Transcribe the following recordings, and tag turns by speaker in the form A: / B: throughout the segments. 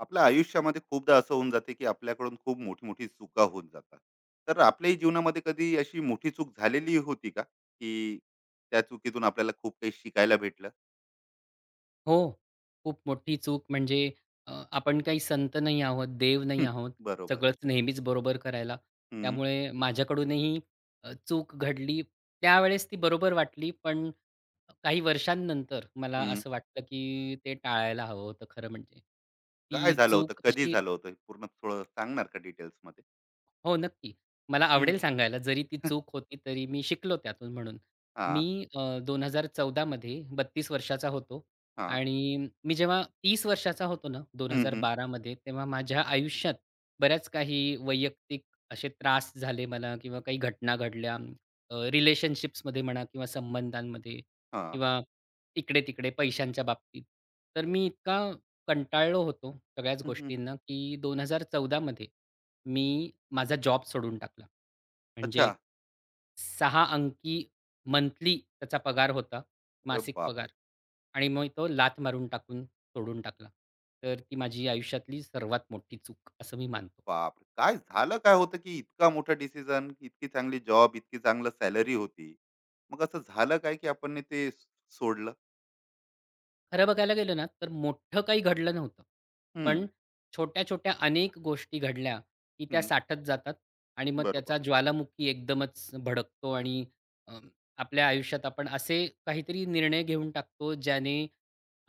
A: आपल्या आयुष्यामध्ये खूपदा असं होऊन जाते की आपल्याकडून खूप मोठी मोठी चुका होऊन जातात तर आपल्याही जीवनामध्ये कधी अशी मोठी चूक झालेली होती का की त्या चुकीतून आपल्याला खूप काही शिकायला भेटलं.
B: हो. खूप मोठी चूक म्हणजे अ, आपण काही संत नाही आहोत, देव नाही
A: हं,
B: आहोत.
A: बरोबर.
B: सगळंच नेहमीच बरोबर करायला.
A: हं,
B: त्यामुळे माझ्याकडूनही चूक घडली. त्यावेळेस ती बरोबर वाटली, पण काही वर्षांनंतर मला
A: हं.
B: असं वाटलं, की ते टाळायला हवं होतं खरं म्हणजे.
A: काय
B: ती
A: झालं होतं
B: चूक
A: कधी
B: अशी
A: झालं होतं हे पूर्ण थोडं सांगणार का डिटेल्स मध्ये?
B: हो, नक्की. मला
A: हं,
B: आवडेल सांगायला जरी ती चूक होती तरी मी शिकलो त्यातून म्हणून.
A: हा.
B: मी 2014 मध्ये 32 वर्षाचा होतो
A: हा.
B: आणि मी जेव्हा 30 वर्षाचा होतो ना
A: हं, हं.
B: 2012 मध्ये तेव्हा माझ्या आयुष्यात बऱ्याच काही वैयक्तिक असे त्रास झाले मला किंवा काही घटना घडल्या. रिलेशनशिप्समध्ये म्हणा किंवा संबंधांमध्ये
A: हा.
B: किंवा इकडे-तिकडे पैशांच्या बाबतीत. तर मी इतका कंटाळलो होतो सगळ्याच
A: हं, हं.
B: गोष्टींना, की 2014 मध्ये मी माझा जॉब सोडून टाकला.
A: अच्छा.
B: म्हणजे 6 अंकी मंथली त्याचा पगार होता,
A: अरे
B: मासिक
A: बापरे.
B: पगार आणि मग तो लात मारून टाकून सोडून टाकला. तर ती माझी आयुष्यातली सर्वात मोठी चूक असं मी
A: अरे
B: मानतो.
A: बापरे! काय झालं काय होतं, की इतका मोठा डिसिजन, इतकी चांगली जॉब, इतकी चांगलं सॅलरी होती. मग असं झालं काय, की आपण ने ते सोडलं?
B: खरं बघायला गेलं ना, तर मोठं काही घडलं नव्हतं.
A: हं,
B: पण छोट्या-छोट्या अनेक गोष्टी घडल्या, की त्या
A: हं,
B: साठत जातात आणि मग
A: बरोबर.
B: त्याचा ज्वालामुखी एकदमच भडकतो आणि अ, आपल्या आयुष्यात आपण असे काहीतरी निर्णय घेऊन टाकतो, ज्याने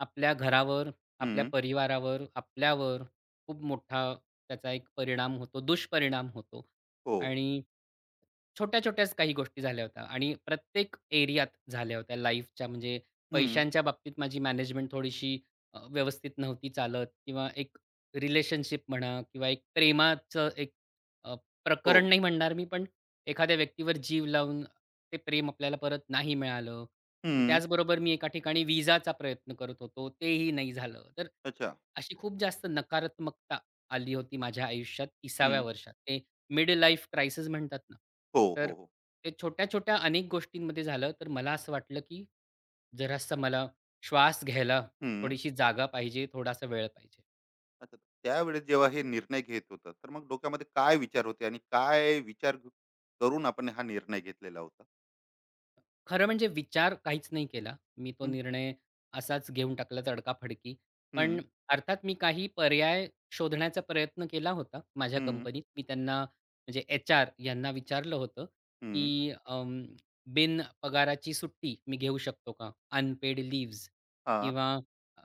B: आपल्या घरावर, आपल्या
A: हं.
B: परिवारावर, आपल्यावर खूप मोठा त्याचा एक परिणाम होतो, दुष्परिणाम होतो.
A: हो.
B: आणि छोट्या-छोट्याच काही गोष्टी झाल्या होत्या आणि प्रत्येक एरियात झाल्या होत्या लाईफच्या म्हणजे
A: हं.
B: पैशांच्या बाबतीत माझी मॅनेजमेंट थोडीशी व्यवस्थित नव्हती चालत किंवा एक रिलेशनशिप म्हणा किंवा एक प्रेमाचं एक अ,
A: हो.
B: प्रकरण नाही म्हणणार मी, पण एखाद्या व्यक्तीवर जीव लावून ते प्रेम आपल्याला परत नाही मिळालं. मग
A: हं.
B: त्याचबरोबर मी एका ठिकाणी विजाचा प्रयत्न करत होतो, तेही नाही झालं. तर
A: अच्छा.
B: अशी खूप जास्त नकारात्मकता आली होती माझ्या आयुष्यात 30व्या
A: हं.
B: वर्षात. ते मिड लाईफ क्रायसिस म्हणतात ना,
A: हो,
B: तर
A: हो, हो.
B: ते छोट्या-छोट्या अनेक गोष्टींमध्ये झालं. तर मला असं वाटलं की जरासा मला श्वास घ्यायला
A: हं.
B: थोडीशी जागा पाहिजे, थोडासा वेळ पाहिजे.
A: अच्छा. त्यावेळेस जेव्हा हे निर्णय घेत होता, तर मग डोक्यामध्ये काय विचार होते आणि काय विचार करून आपण हा निर्णय घेतलेला होता?
B: खरं म्हणजे विचार काहीच नाही केला. मी तो
A: हं,
B: निर्णय असाच घेऊन टाकला तडकाफडकी.
A: हं,
B: पण अर्थात मी काही पर्याय शोधण्याचा प्रयत्न केला होता माझ्या
A: हं,
B: कंपनीत. मी त्यांना म्हणजे एच-आर यांना विचारलं होतं,
A: हं.
B: की बिन पगाराची सुट्टी मी घेऊ शकतो का? अनपेड लीव्हज
A: हां,
B: किंवा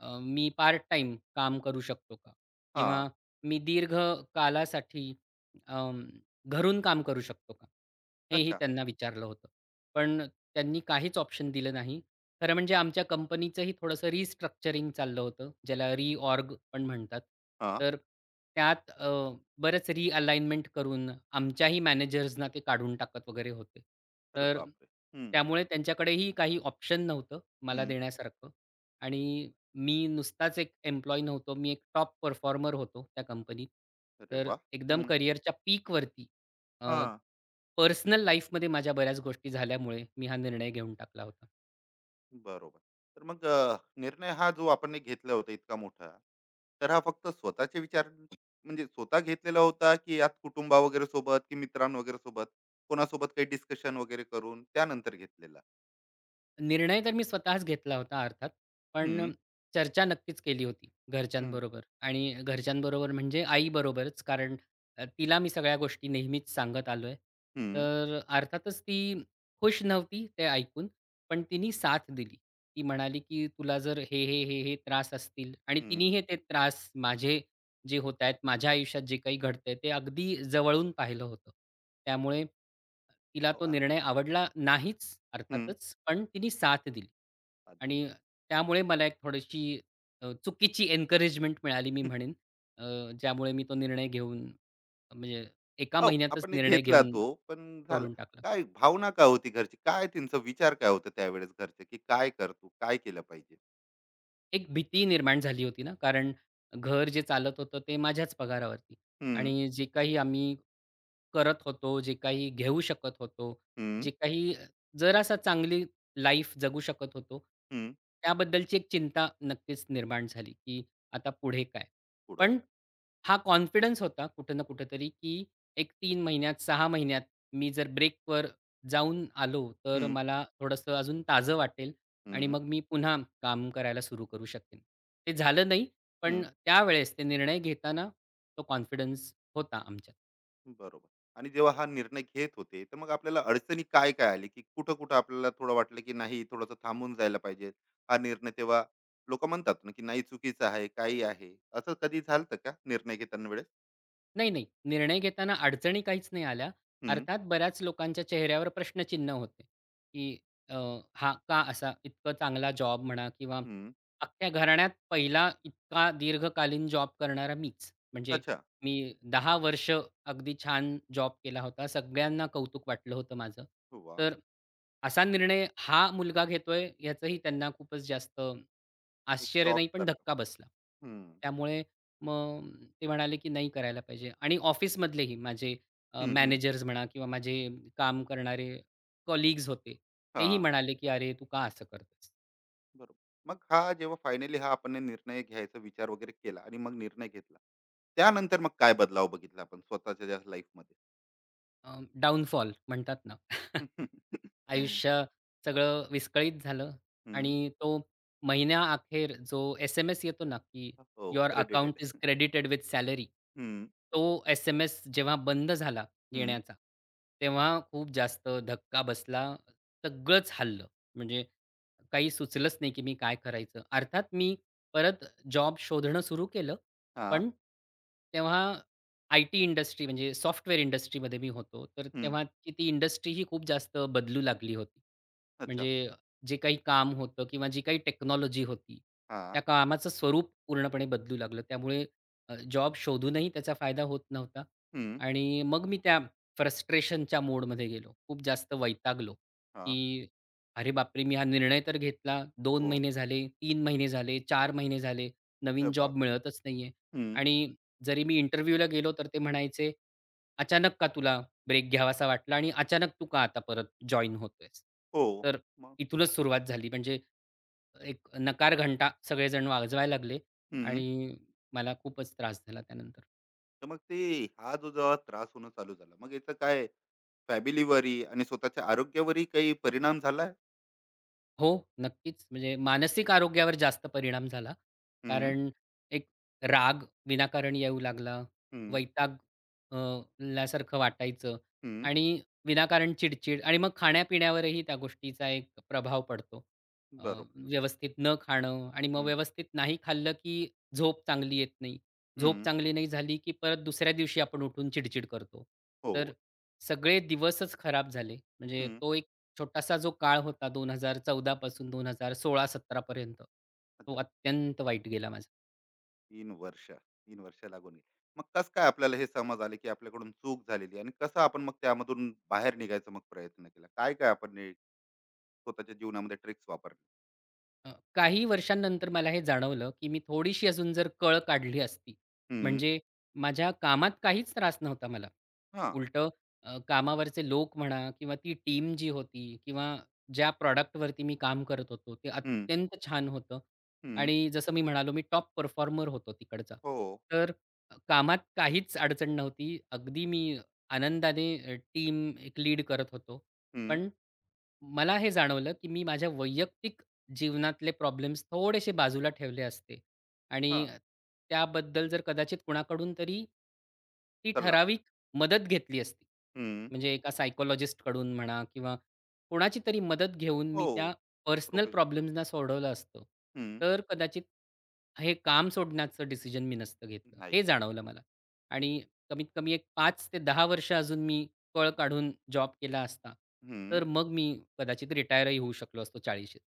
B: मी पार्ट टाईम काम करू शकतो का?
A: हां.
B: किंवा मी दीर्घ कालासाठी अं, घरून काम करू शकतो का? हेही
A: अच्छा.
B: त्यांना विचारलं होतं. पण त्यांनी काहीच ऑप्शन दिलं नाही. खरं म्हणजे आमच्या कंपनीचंही थोडंसं रिस्ट्रक्चरिंग चाललं होतं, ज्याला रिऑर्ग पण म्हणतात.
A: हां.
B: तर त्यात बरंच रिअलाइनमेंट करून आमच्याही मॅनेजर्सना ते काढून टाकत वगैरे होते.
A: अरे
B: तर
A: बापरे! हं.
B: त्यामुळे त्यांच्याकडेही काही ऑप्शन नव्हतं मला देण्यासारखं आणि मी नुसताच एक एम्प्लॉयी नव्हतो. मी एक टॉप परफॉर्मर होतो त्या कंपनीत.
A: अरे
B: तर
A: वा!
B: एकदम
A: हं.
B: करिअरच्या पीकवरती अ,
A: हां.
B: पर्सनल लाईफमध्ये माझ्या बऱ्याच गोष्टी झाल्यामुळे मी हा निर्णय घेऊन टाकला होता.
A: बरोबर. तर मग अ, निर्णय हा जो आपण ने घेतला होता इतका मोठा, तर हा फक्त स्वतःचे विचार म्हणजे स्वतः घेतलेला होता, की यात कुटुंबा वगैरे सोबत की मित्रां वगैरे सोबत, कोणासोबत काही डिस्कशन वगैरे करून त्यानंतर घेतलेला?
B: निर्णय तर मी स्वतःच घेतला होता अर्थात.
A: हं,
B: पण चर्चा नक्कीच केली होती
A: हं.
B: घरच्यांबरोबर आणि घरच्यांबरोबर म्हणजे आईबरोबरच कारण तिला मी सगळ्या गोष्टी नेहमीच सांगत आलोय.
A: हं,
B: तर अर्थातच ती खुश नव्हती ते ऐकून, पण तिनी साथ दिली. ती म्हणाली, की "तुला जर हे, हे, हे, हे त्रास असतील" आणि
A: हं,
B: तिनीही ते त्रास माझे जे होतायत, माझ्या आयुष्यात जे काही घडतंय ते अगदी जवळून पाहिलं होतं.
A: हं.
B: त्यामुळे तिला तो
A: वा!
B: निर्णय आवडला नाहीच
A: हं.
B: अर्थातच, पण तिने साथ दिली. आणि त्यामुळे मला एक थोडीशी चुकीची एन्करेजमेंट मिळाली मी
A: हं.
B: म्हणेन. अ, ज्यामुळे मी तो निर्णय घेऊन म्हणजे एका
A: हो,
B: महिन्यातच
A: आपण ने
B: निर्णय
A: घेतला
B: घेऊन
A: तो, पण झालं.
B: सोडून टाकला.
A: काय भावना काय होती घरची? काय त्यांचा विचार काय होता त्यावेळेस घरचे, की काय कर काय केलं पाहिजे?
B: एक भीती निर्माण झाली होती ना, कारण घर जे चालत होतं ते माझ्याच पगारावरती
A: हं,
B: आणि जे काही आम्ही करत होतो, जे काही घेऊ शकत होतो,
A: हं,
B: जे काही जरासा चांगली लाईफ जगू शकत होतो,
A: हं.
B: त्याबद्दलची एक चिंता नक्कीच निर्माण झाली, की आता पुढे काय?
A: पुढं.
B: पण हा कॉन्फिडन्स होता कुठं ना कुठेतरी, की एक 3 महिन्यात, 6 महिन्यात मी जर ब्रेकवर जाऊन आलो, तर
A: हं.
B: मला थोडंसं अजून ताजं वाटेल आणि
A: हं,
B: मग मी पुन्हा काम करायला सुरू करू शकेन. ते झालं नाही, पण
A: हं.
B: त्यावेळेस ते निर्णय घेताना तो कॉन्फिडन्स होता आमच्यात.
A: बरोबर. आणि जेव्हा हा निर्णय घेत होते, तर मग आपल्याला अडचणी काय-काय आली, की कुठं-कुठं आपल्याला थोडं वाटलं, की नाही थोडंसं थांबून जायला पाहिजे? हा निर्णय तेव्हा लोकं म्हणतात ना, की नाही चुकीचं आहे, काही आहे. असं कधी झालं का निर्णय घेताना वेळेस?
B: नाही, नाही. निर्णय घेताना अडचणी काहीच नाही आल्या.
A: हं,
B: अर्थात बऱ्याच लोकांच्या चेहऱ्यावर प्रश्नचिन्ह होते, की अ, हा का असा इतकं चांगला जॉब म्हणा किंवा
A: हं.
B: अख्ख्या घराण्यात पहिला इतका दीर्घकालीन जॉब करणारा मीच. म्हणजे
A: अच्छा.
B: मी 10 वर्ष अगदी छान जॉब केला होता. सगळ्यांना कौतुक वाटलं होतं माझं.
A: वाह!
B: तर असा निर्णय हा मुलगा घेतोय याचंही त्यांना खूपच जास्त
A: एक
B: आश्चर्य
A: शॉक
B: नाही पण
A: सारखं.
B: धक्का बसला.
A: हं.
B: त्यामुळे मग ते म्हणाले, की नाही करायला पाहिजे आणि ऑफिसमधलेही माझे
A: हं, हं.
B: मॅनेजर्स म्हणा किंवा माझे काम करणारे कलीग्स होते. तेही
A: हां.
B: म्हणाले, की "अरे, तू का असं करतोयस?"
A: बरोबर. मग हा जेव्हा फायनली हा आपण निर्णय घ्यायचा विचार वगैरे केला आणि मग निर्णय घेतला. त्यानंतर मग काय बदलाव बघितला आपण स्वतःच्या लाईफमध्ये?
B: डाउनफॉल म्हणतात ना.
A: हं.
B: आयुष्य सगळं विस्कळीत झालं आणि तो महिन्या महिन्याअखेर जो एस-एम-एस येतो ना, की
A: हो,
B: "your
A: credited.
B: Account is credited with salary."
A: हं,
B: तो एस-एम-एस जेव्हा बंद झाला
A: हं.
B: येण्याचा, तेव्हा खूप जास्त धक्का बसला. सगळंच हललं. म्हणजे काही सुचलंच नाही, की मी काय करायचं? अर्थात मी परत जॉब शोधणं सुरू केलं.
A: हां,
B: पण तेव्हा आय-टी इंडस्ट्री म्हणजे सॉफ्टवेअर इंडस्ट्रीमध्ये मी होतो. तर
A: हं.
B: तेव्हा की ती इंडस्ट्री ही खूप जास्त बदलू लागली होती.
A: अच्छा.
B: म्हणजे जे काही काम होतं किंवा जी काही टेक्नॉलॉजी होती,
A: हां,
B: त्या कामाचं स्वरूप पूर्णपणे बदलू लागलं. त्यामुळे जॉब शोधूनही त्याचा फायदा होत नव्हता.
A: हं.
B: आणि मग मी त्या फ्रस्ट्रेशनच्या मोडमध्ये गेलो. खूप जास्त वैतागलो,
A: हां.
B: की अरे बापरे! मी हा निर्णय तर घेतला. 2
A: हो.
B: महिने झाले, 3 महिने झाले, 4 महिने झाले.
A: अरे
B: नवीन
A: बाप!
B: जॉब मिळतच नाहीये.
A: हं.
B: आणि जरी मी इंटरव्ह्यूला गेलो तर ते म्हणायचे, "अचानक का तुला ब्रेक घ्यावासा वाटला आणि अचानक तू का आता परत जॉइन होतोयस?"
A: हो.
B: तर
A: मग?
B: इथूनच सुरुवात झाली. म्हणजे एक नकार घंटा सगळेजण वाजवायला लागले
A: हं.
B: आणि मला खूपच त्रास झाला त्यानंतर.
A: तर मग ते हा जो जेव्हा त्रास होणं चालू झाला, मग याचा काय फॅमिलीवरही आणि स्वतःच्या आरोग्यावरही काही परिणाम झाला?
B: हो, नक्कीच. म्हणजे मानसिक आरोग्यावर जास्त परिणाम झाला.
A: हं,
B: कारण एक राग विनाकारण येऊ लागला.
A: हं,
B: वैताग अ, ल्यासारखं वाटायचं
A: हं.
B: आणि विनाकारण चिडचिड आणि मग खाण्यापिण्यावरही त्या गोष्टीचा एक प्रभाव पडतो. अ,
A: बरोबर.
B: व्यवस्थित न खाणं आणि मग
A: हं,
B: व्यवस्थित नाही खाल्लं, की झोप चांगली येत नाही. झोप
A: हं.
B: चांगली नाही झाली, की परत दुसऱ्या दिवशी आपण उठून चिडचिड करतो.
A: हो.
B: तर सगळे दिवसच खराब झाले. म्हणजे
A: हं.
B: तो छोटासा जो काळ होता 2014 पासून 2016-17 पर्यंत, तो
A: अच्छा.
B: अत्यंत वाईट गेला माझा.
A: 3 वर्ष, 3 वर्ष लागून गेली. मग कसं काय आपल्याला हे समज आले, की आपल्याकडून चूक झालेली आहे आणि कसं आपण मग त्यामधून बाहेर निघायचा मग प्रयत्न केला? काय-काय आपण स्वतःच्या जीवनामध्ये ट्रिक्स वापरले?
B: काही वर्षांनंतर मला हे जाणवलं, की मी थोडीशी अजून जर कळ काढली असती,
A: हम्म.
B: म्हणजे माझ्या कामात काहीच त्रास नव्हता मला.
A: हा.
B: उलटं कामावरचे लोक म्हणा किंवा ती टीम जी होती किंवा ज्या प्रॉडक्टवरती मी काम करत होतो, ते
A: हम्म.
B: अत्यंत छान होतं
A: हम्म.
B: आणि जसं मी म्हणालो, मी टॉप परफॉर्मर होतो तिकडचा.
A: हो.
B: तर कामात काहीच अडचण नव्हती. अगदी मी आनंदाने टीम एक लीड करत होतो.
A: हम्म.
B: पण मला हे जाणवलं, की मी माझ्या वैयक्तिक जीवनातले प्रॉब्लेम्स थोडेसे बाजूला ठेवले असते
A: हा.
B: आणि त्याबद्दल जर कदाचित कुणाकडून तरी ती
A: सल्ला.
B: ठराविक मदत घेतली असती.
A: हम्म.
B: म्हणजे एका सायकॉलॉजिस्टकडून म्हणा किंवा कोणाची तरी मदत घेऊन
A: हो.
B: मी त्या पर्सनल
A: प्रोफेश.
B: प्रॉब्लेम्सना सोडवलं असतं,
A: हम्म.
B: तर कदाचित हे काम सोडण्याचं डिसिजन मी नसतं घेतलं.
A: नाही
B: हे
A: घेतलं.
B: जाणवलं मला आणि कमीत कमी एक 5 ते 10 वर्ष अजून मी पळ काढून जॉब केला असता,
A: हम्म.
B: तर मग मी कदाचित रिटायरही होऊ शकलो असतो 40शीत.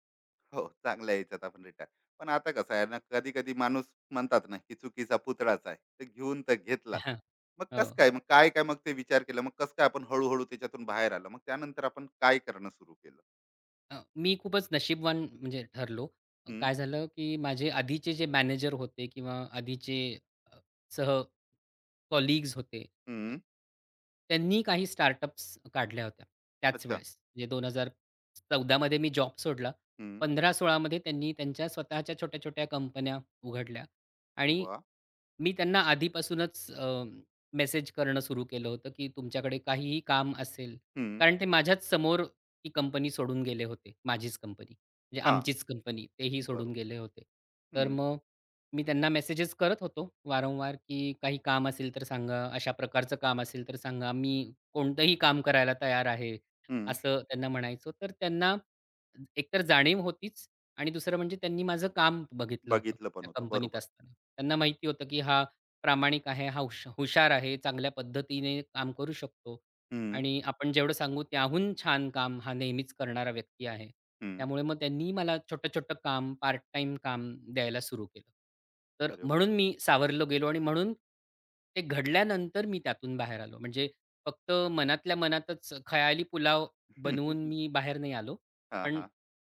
A: हो, चांगलं आहे याच्यात आपण रिटायर. पण आता कसं आहे ना, कधी कधी माणूस म्हणतात ना, की चुकीचा पुतळाच आहे तर घेऊन तर घेतला. मग कस
B: हो.
A: काय, मग काय काय, मग ते विचार केला, मग कस काय आपण हळूहळू त्याच्यातून बाहेर आलो, मग त्यानंतर आपण काय करणं सुरू केलं?
B: मी खूपच नशीबवान म्हणजे ठरलो.
A: हम्म.
B: काय झालं, की माझे आधीचे जे मॅनेजर होते किंवा आधीचे अ, सह कलीग्स होते, अ,
A: हम्म.
B: त्यांनी काही स्टार्टअप्स काढल्या होत्या त्याच
A: अच्छा.
B: वेळेस. म्हणजे 2014 मध्ये मी जॉब सोडला.
A: हम्म.
B: 15-16 त्यांनी त्यांच्या स्वतःच्या छोट्या-छोट्या कंपन्या उघडल्या आणि
A: वा.
B: मी त्यांना आधीपासूनच मेसेज करणं सुरू केलं होतं, की तुमच्याकडे काहीही काम असेल,
A: हम्म.
B: कारण ते माझ्याच समोर ती कंपनी सोडून गेले होते. माझीच कंपनी, म्हणजे
A: हा.
B: आमचीच कंपनी तेही
A: बरोबर.
B: सोडून गेले होते. तर
A: हम्म.
B: मग मी त्यांना मेसेजेस करत होतो वारंवार, की काही काम असेल तर सांगा, अशा प्रकारचं काम असेल तर सांगा, मी कोणतंही काम करायला तयार आहे,
A: हम्म.
B: असं त्यांना म्हणायचो. तर त्यांना एकतर जाणीव होतीच आणि दुसरं म्हणजे त्यांनी माझं काम बघितलं होतं
A: बघितलं पण
B: त्या
A: होतं,
B: कंपनीत
A: बरोबर.
B: असताना. त्यांना माहिती होतं, की हा प्रामाणिक आहे, हा हुशार आहे, चांगल्या पद्धतीने काम करू शकतो
A: हं,
B: आणि आपण जेवढं सांगू त्याहून छान काम हा नेहमीच करणारा व्यक्ती आहे.
A: हं.
B: त्यामुळे मग त्यांनी मला छोटं-छोटं काम, पार्ट टाईम काम द्यायला सुरू केलं. तर
A: अरे.
B: म्हणून मी सावरलो गेलो आणि म्हणून ते घडल्यानंतर मी त्यातून बाहेर आलो. म्हणजे फक्त मनातल्या मनातच खयाली पुलाव
A: हां, हां.
B: बनवून मी बाहेर नाही आलो. पण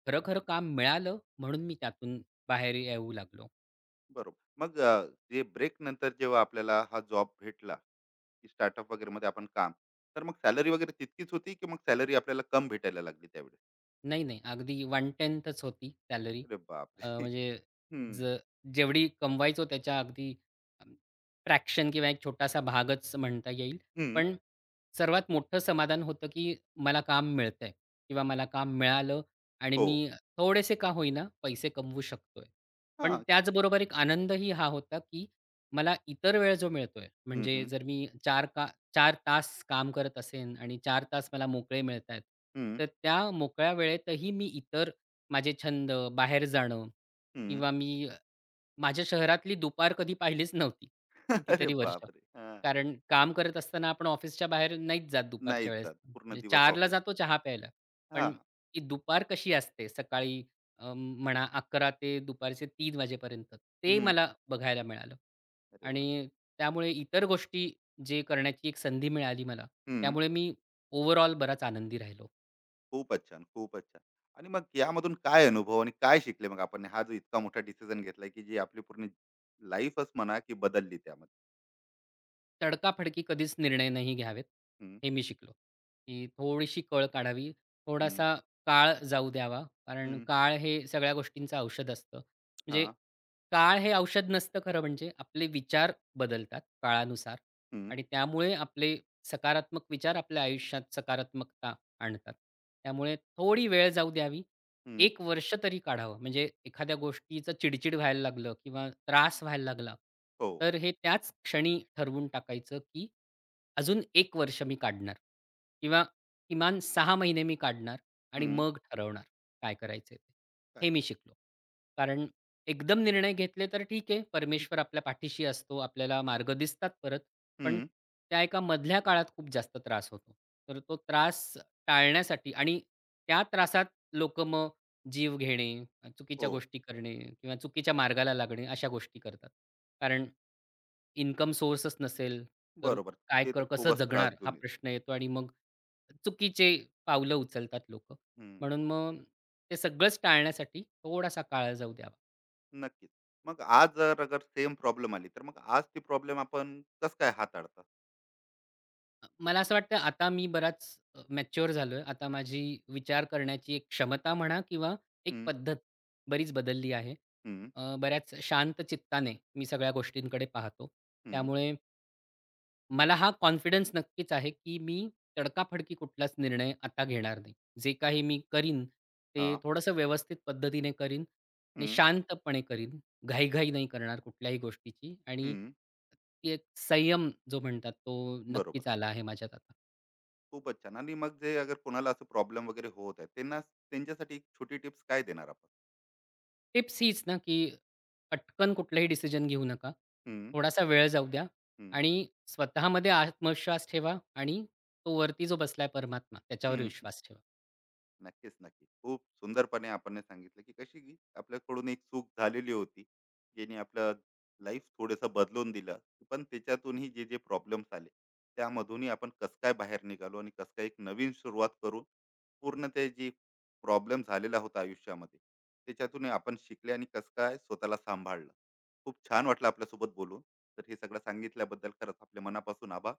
B: खरं-खरं काम मिळालं म्हणून मी त्यातून बाहेर येऊ लागलो.
A: बरोबर. मग अ, जे ब्रेक नंतर जेव्हा आपल्याला हा जॉब भेटला, की स्टार्टअप वगैरेमध्ये आपण काम, तर मग सॅलरी वगैरे तितकीच होती, की मग सॅलरी आपल्याला कम भेटायला लागली त्यावेळेस?
B: नाही, नाही. अगदी 1/10च होती सॅलरी.
A: अरे बापरे!
B: म्हणजे
A: हं,
B: ज जेवढी कमवायचो त्याच्या अगदी अ, फ्रॅक्शन किंवा एक छोटासा भागच म्हणता येईल.
A: हं.
B: पण सर्वात मोठं समाधान होतं, की मला काम मिळतंय किंवा मला काम मिळालं आणि
A: हो.
B: मी थोडेसे का होईना पैसे कमवू शकतोय. पण
A: हां.
B: त्याचबरोबर एक आनंदही हा होता, की मला इतर वेळ जो मिळतोय
A: हं,
B: म्हणजे
A: हं.
B: जर मी 4 का 4 तास काम करत असेन आणि 4 तास मला मोकळे मिळतायत.
A: हं,
B: तर त्या मोकळ्या वेळेतही मी इतर माझे छंद, बाहेर जाणं
A: हं.
B: किंवा मी माझ्या शहरातली दुपार कधी पाहिलीच नव्हती,
A: अरे
B: कितीतरी वर्ष.
A: बापरे! हां.
B: कारण काम करत असताना आपण ऑफिसच्या बाहेर नाहीच जात दुपारच्या
A: नाहीच
B: वेळेस.
A: जात. पूर्ण
B: म्हणजे
A: दिवस
B: 4:00ला
A: ऑफिस.
B: जातो चहा प्यायला. पण
A: हां.
B: ती दुपार कशी असते सकाळी म्हणा 11:00 ते दुपारचे 3:00 वाजेपर्यंत ते
A: हं.
B: मला बघायला मिळालं.
A: अरे वाह!
B: आणि त्यामुळे इतर गोष्टी जे करण्याची एक संधी मिळाली मला, त्यामुळे मी ओव्हरऑल बराच आनंदी राहिलो.
A: खूपच छान, खूपच छान. आणि मग यामधून काय अनुभव आणि काय शिकले मग आपण? हा जो इतका मोठा डिसिजन घेतलाय, की जी आपली पूर्ण लाईफच म्हणा की बदलली त्यामध्ये?
B: तडकाफडकी कधीच निर्णय नाही घ्यावेत,
A: हं,
B: हे मी शिकलो, की थोडीशी कळ काढावी.
A: हं,
B: थोडासा काळ जाऊ द्यावा, कारण
A: हं,
B: काळ हे सगळ्या गोष्टींचं औषध असतं. म्हणजे
A: हां,
B: काळ हे औषध नसतं खरं म्हणजे. आपले विचार बदलतात काळानुसार
A: हं,
B: आणि त्यामुळे आपले सकारात्मक विचार आपल्या आयुष्यात सकारात्मकता आणतात. त्यामुळे थोडी वेळ जाऊ द्यावी
A: हं,
B: एक वर्ष तरी काढावं. म्हणजे एखाद्या गोष्टीचं चिडचिड व्हायला लागलं किंवा त्रास व्हायला लागला,
A: हो,
B: तर हे त्याच क्षणी ठरवून टाकायचं, की अजून एक वर्ष मी काढणार किंवा किमान 6 महिने मी काढणार आणि
A: हं,
B: मग ठरवणार काय करायचंय ते.
A: काय
B: हे मी
A: करायचं?
B: शिकलो. कारण एकदम निर्णय घेतले तर ठीक आहे, परमेश्वर आपल्या पाठीशी असतो, आपल्याला मार्ग दिसतात परत. पण
A: हं,
B: त्या एका मधल्या काळात खूप जास्त त्रास होतो. तर तो त्रास टाळण्यासाठी आणि त्या त्रासात लोकं जीव घेणे,
A: हो,
B: चुकीच्या गोष्टी करणे किंवा चुकीच्या मार्गाला लागणे अशा गोष्टी करतात. कारण इन्कम सोर्सच नसेल, तर
A: बरोबर.
B: काय
A: ते
B: क
A: तर
B: कसं
A: खूपच त्रास
B: जगणार हा
A: देऊन येते.
B: प्रश्न येतो आणि मग चुकीचे पावलं उचलतात लोकं.
A: हं.
B: म्हणून मग ते सगळंच टाळण्यासाठी थोडासा काळ जाऊ द्यावा.
A: नक्कीच. मग आज जर अगर सेम प्रॉब्लेम आली, तर मग आज ती प्रॉब्लेम आपण कसं काय हाताळतात?
B: मला असं वाटतं आता मी बराच मॅच्युअर झालोय. आता माझी विचार करण्याची एक क्षमता म्हणा किंवा एक
A: हं,
B: पद्धत बरीच बदलली आहे.
A: हं,
B: बऱ्याच शांत चित्ताने मी सगळ्या गोष्टींकडे पाहतो.
A: हं,
B: त्यामुळे मला हा कॉन्फिडन्स नक्कीच आहे, की मी तडकाफडकी कुठलाच निर्णय आता घेणार नाही. जे काही मी करीन, ते
A: हां,
B: थोडंसं व्यवस्थित पद्धतीने करीन आणि
A: हं,
B: शांतपणे करीन. घाई-घाई नाही करणार कुठल्याही गोष्टीची आणि
A: हं,
B: ती एक संयम जो म्हणतात तो
A: बरोबर.
B: नक्कीच आला आहे माझ्यात आता.
A: खूपच छान. आणि मग जे अगर कोणाला असं प्रॉब्लेम वगैरे होत आहे, त्यांना त्यांच्यासाठी एक छोटी टिप्स काय देणार आपण?
B: टिप्स हीच ना, की पटकन कुठलंही डिसिजन घेऊ नका.
A: हं,
B: थोडासा वेळ जाऊ द्या
A: हं,
B: आणि स्वतःमध्ये आत्मविश्वास ठेवा आणि तो वरती जो बसलाय परमात्मा त्याच्यावर
A: हं,
B: विश्वास ठेवा.
A: नक्कीच. नक्की खूप सुंदरपणे आपण सांगितलं की कशी की आपल्याकडून एक चूक झालेली होती ज्याने आपलं लाईफ थोडंसं बदलून दिलं, पण त्याच्यातूनही जे जे प्रॉब्लेम्स आले त्यामधूनही आपण कसं काय बाहेर निघालो आणि कसं काय एक नवीन सुरुवात करून पूर्ण ते जी प्रॉब्लेम झालेला होता आयुष्यामध्ये त्याच्यातूनही आपण शिकले आणि कसं काय स्वतःला सांभाळलं. खूप छान वाटलं आपल्यासोबत बोलून. तर हे सगळं सांगितल्याबद्दल खरंच आपल्या मनापासून आभार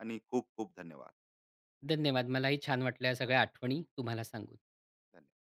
A: आणि खूप खूप धन्यवाद.
B: धन्यवाद. मलाही छान वाटलं या सगळ्या आठवणी तुम्हाला सांगून.
A: धन्यवाद.